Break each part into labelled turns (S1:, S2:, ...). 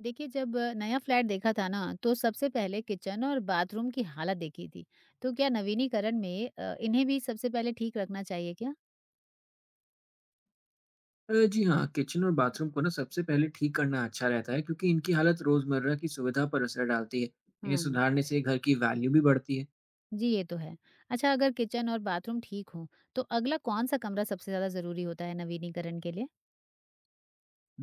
S1: देखिए, जब नया फ्लैट देखा था ना तो सबसे पहले किचन और बाथरूम की हालत देखी थी। तो क्या नवीनीकरण में इन्हें भी सबसे पहले ठीक रखना चाहिए क्या?
S2: जी हाँ, किचन और बाथरूम को ना सबसे पहले ठीक करना अच्छा रहता है क्योंकि इनकी हालत रोज़मर्रा की सुविधा पर असर डालती है। इन्हें
S1: हम्म।
S2: सुधारने से घर की वैल्यू भी बढ़ती है।
S1: जी, ये तो है। अच्छा, अगर किचन और बाथरूम ठीक हो तो अगला कौन सा कमरा सबसे ज्यादा जरूरी होता है नवीनीकरण के लिए?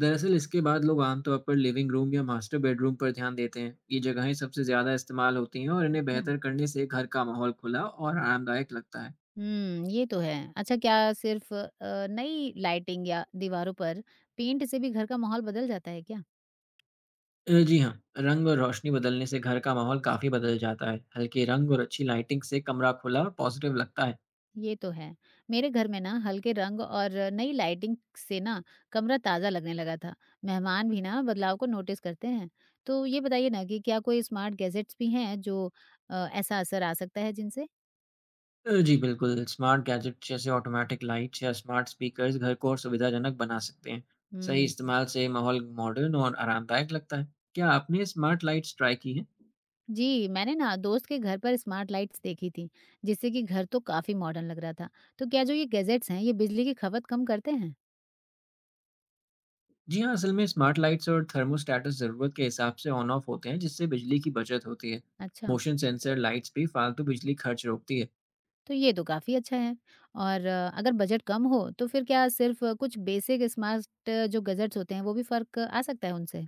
S2: दरअसल इसके बाद लोग आमतौर पर लिविंग रूम या मास्टर बेडरूम पर ध्यान देते हैं। ये जगहें सबसे ज़्यादा इस्तेमाल होती हैं और इन्हें
S1: अच्छा।
S2: बेहतर करने से घर का माहौल खुला और आरामदायक लगता है।
S1: हम्म, ये तो है। अच्छा, क्या सिर्फ नई लाइटिंग या दीवारों पर पेंट से भी घर का माहौल बदल जाता है क्या?
S2: जी हाँ, रंग और रोशनी बदलने से घर का माहौल काफ़ी बदल जाता है। हल्के रंग और अच्छी लाइटिंग से कमरा खुला और पॉजिटिव लगता है।
S1: ये तो है। मेरे घर में ना हल्के रंग और नई लाइटिंग से ना कमरा ताज़ा लगने लगा था। मेहमान भी ना बदलाव को नोटिस करते हैं। तो ये बताइए ना कि क्या कोई स्मार्ट गैजेट्स भी हैं जो ऐसा असर आ सकता है जिनसे?
S2: जी बिल्कुल, स्मार्ट गैजेट जैसे ऑटोमैटिक लाइट्स या स्मार्ट स्पीकर्स घर को और सुविधाजनक बना सकते हैं। सही
S1: हम्म।
S2: इस्तेमाल से माहौल मॉडर्न और आरामदायक लगता है। क्या आपने स्मार्ट लाइट्स ट्राई की हैं?
S1: जी, मैंने ना दोस्त के घर पर स्मार्ट लाइट्स देखी थी, जिससे कि घर तो काफ़ी मॉडर्न लग रहा था। तो क्या जो ये गैजेट्स हैं, ये बिजली की खपत कम करते हैं?
S2: जी हाँ, असल में स्मार्ट लाइट्स और थर्मोस्टेट्स ज़रूरत के हिसाब से ऑन ऑफ होते हैं, जिससे बिजली की बचत होती है।
S1: अच्छा।
S2: मोशन सेंसर लाइट्स भी फालतू बिजली खर्च रोकती है।
S1: तो ये तो काफ़ी अच्छा है। और अगर बजट कम हो तो फिर क्या सिर्फ़ कुछ बेसिक स्मार्ट जो गैजेट्स होते हैं वो भी फ़र्क आ सकता है उनसे?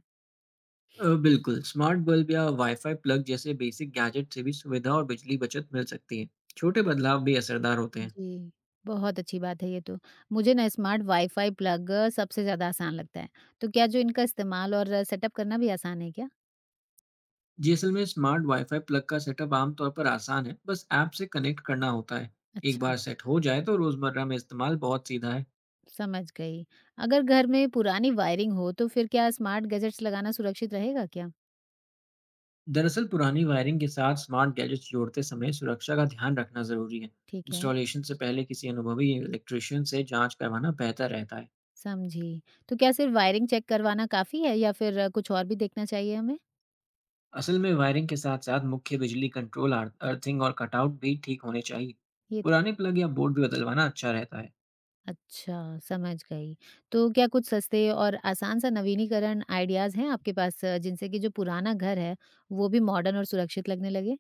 S2: बिल्कुल, स्मार्ट बल्ब या वाई-फाई प्लग जैसे बेसिक गैजेट से भी सुविधा और बिजली बचत मिल सकती है। छोटे बदलाव भी असरदार होते हैं।
S1: जी। बहुत अच्छी बात है ये तो। मुझे ना स्मार्ट वाई-फाई प्लग सबसे ज़्यादा आसान लगता है। तो क्या जो इनका इस्तेमाल और सेटअप करना भी आसान है क्या?
S2: जीएसएल में स्मार्ट वाईफाई प्लग का सेटअप आमतौर पर आसान है। बस ऐप से कनेक्ट करना होता है। एक
S1: अच्छा,
S2: बार सेट हो जाए तो रोजमर्रा में इस्तेमाल बहुत सीधा है।
S1: समझ गई। अगर घर में पुरानी वायरिंग हो तो फिर क्या स्मार्ट गैजेट्स लगाना सुरक्षित रहेगा क्या?
S2: दरअसल पुरानी वायरिंग के साथ स्मार्ट गैजेट्स जोड़ते समय सुरक्षा का ध्यान रखना जरूरी है।
S1: ठीक है,
S2: इंस्टॉलेशन से पहले किसी अनुभवी इलेक्ट्रिशियन से जांच करवाना बेहतर रहता है।
S1: समझी। तो क्या सिर्फ़ वायरिंग चेक करवाना काफ़ी है या फिर कुछ और भी देखना चाहिए हमें?
S2: असल में वायरिंग के साथ साथ मुख्य बिजली कंट्रोल, अर्थिंग और कटआउट भी ठीक होने चाहिए।
S1: ये
S2: पुराने प्लग या बोर्ड भी बदलवाना अच्छा रहता है।
S1: अच्छा, समझ गई। तो क्या कुछ सस्ते और आसान सा नवीनीकरण आइडियाज़ हैं आपके पास जिनसे कि जो पुराना घर है, वो भी मॉडर्न और सुरक्षित लगने लगे?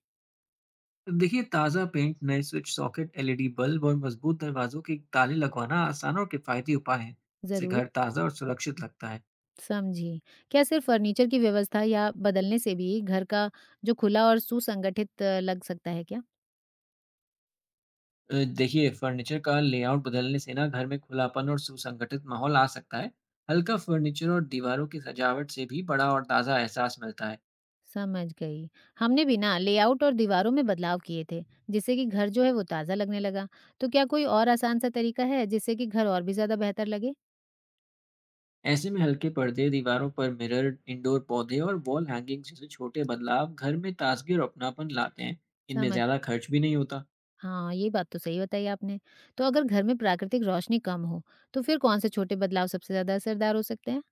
S2: देखिए, ताज़ा पेंट, नए स्विच सॉकेट, एलईडी बल्ब और मजबूत दरवाजों के ताले लगवाना आसान और किफ़ायती उपाय है। इससे
S1: ज़रूर,
S2: घर ताज़ा और सुरक्षित लगता है।
S1: समझी। क्या सिर्फ़ फ़र्नीचर की व्यवस्था या बदलने से भी घर का जो खुला और सुसंगठित लग सकता है क्या?
S2: देखिए, फर्नीचर का लेआउट बदलने से ना घर में खुलापन और सुसंगठित माहौल आ सकता है। हल्का फर्नीचर और दीवारों की सजावट से भी बड़ा और ताज़ा एहसास मिलता है।
S1: समझ गई। हमने भी ना लेआउट और दीवारों में बदलाव किए थे, जिससे कि घर जो है वो ताज़ा लगने लगा। तो क्या कोई और आसान सा तरीका है जिससे कि घर और भी ज़्यादा बेहतर लगे?
S2: ऐसे में हल्के पर्दे, दीवारों पर मिरर, इंडोर पौधे और वॉल हैंगिंग जैसे छोटे बदलाव घर में ताजगी और अपनापन लाते हैं। इनमें
S1: समझ
S2: ज़्यादा खर्च भी नहीं होता।
S1: हाँ, ये बात तो सही बताई आपने। तो अगर घर में प्राकृतिक रोशनी कम हो, तो फिर कौन-से छोटे बदलाव सबसे ज़्यादा असरदार हो सकते हैं?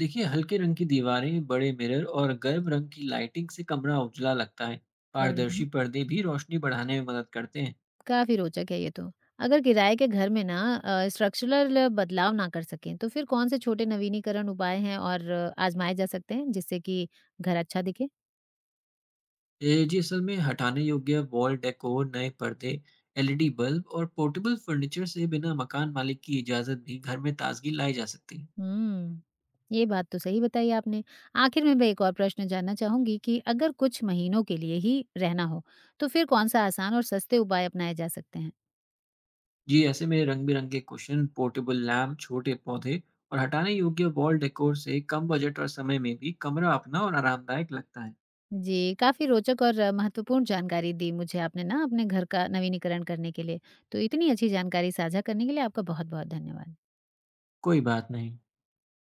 S2: देखिए, हल्के रंग की दीवारें, बड़े मिरर और गर्म रंग की लाइटिंग से कमरा उजला लगता है।
S1: बढ़िया।
S2: पारदर्शी पर्दे भी रोशनी बढ़ाने में मदद करते हैं।
S1: काफ़ी रोचक है ये तो। अगर किराए के घर में ना स्ट्रक्चरल बदलाव ना कर सकें, तो फिर कौन से छोटे नवीनीकरण उपाय हैं और आजमाए जा सकते हैं, जिससे कि घर अच्छा दिखे?
S2: ये जी असल में हटाने योग्य वॉल डेकोर, नए पर्दे, एलईडी बल्ब और पोर्टेबल फर्नीचर से बिना मकान मालिक की इजाज़त भी घर में ताजगी लाई जा सकती है।
S1: हुँ, ये बात तो सही बताई आपने। आखिर में मैं एक और प्रश्न जानना चाहूँगी कि अगर कुछ महीनों के लिए ही रहना हो, तो फिर कौन-सा आसान और सस्ते उपाय अपनाए जा सकते हैं?
S2: जी ऐसे में रंग बिरंगे कुशन, पोर्टेबल लैम्प, छोटे पौधे और हटाने योग्य वॉल डेकोर से कम बजट और समय में भी कमरा अपना और आरामदायक लगता है।
S1: जी, काफ़ी रोचक और महत्वपूर्ण जानकारी दी मुझे आपने ना अपने घर का नवीनीकरण करने के लिए। तो इतनी अच्छी जानकारी साझा करने के लिए आपका बहुत-बहुत धन्यवाद।
S2: कोई बात नहीं।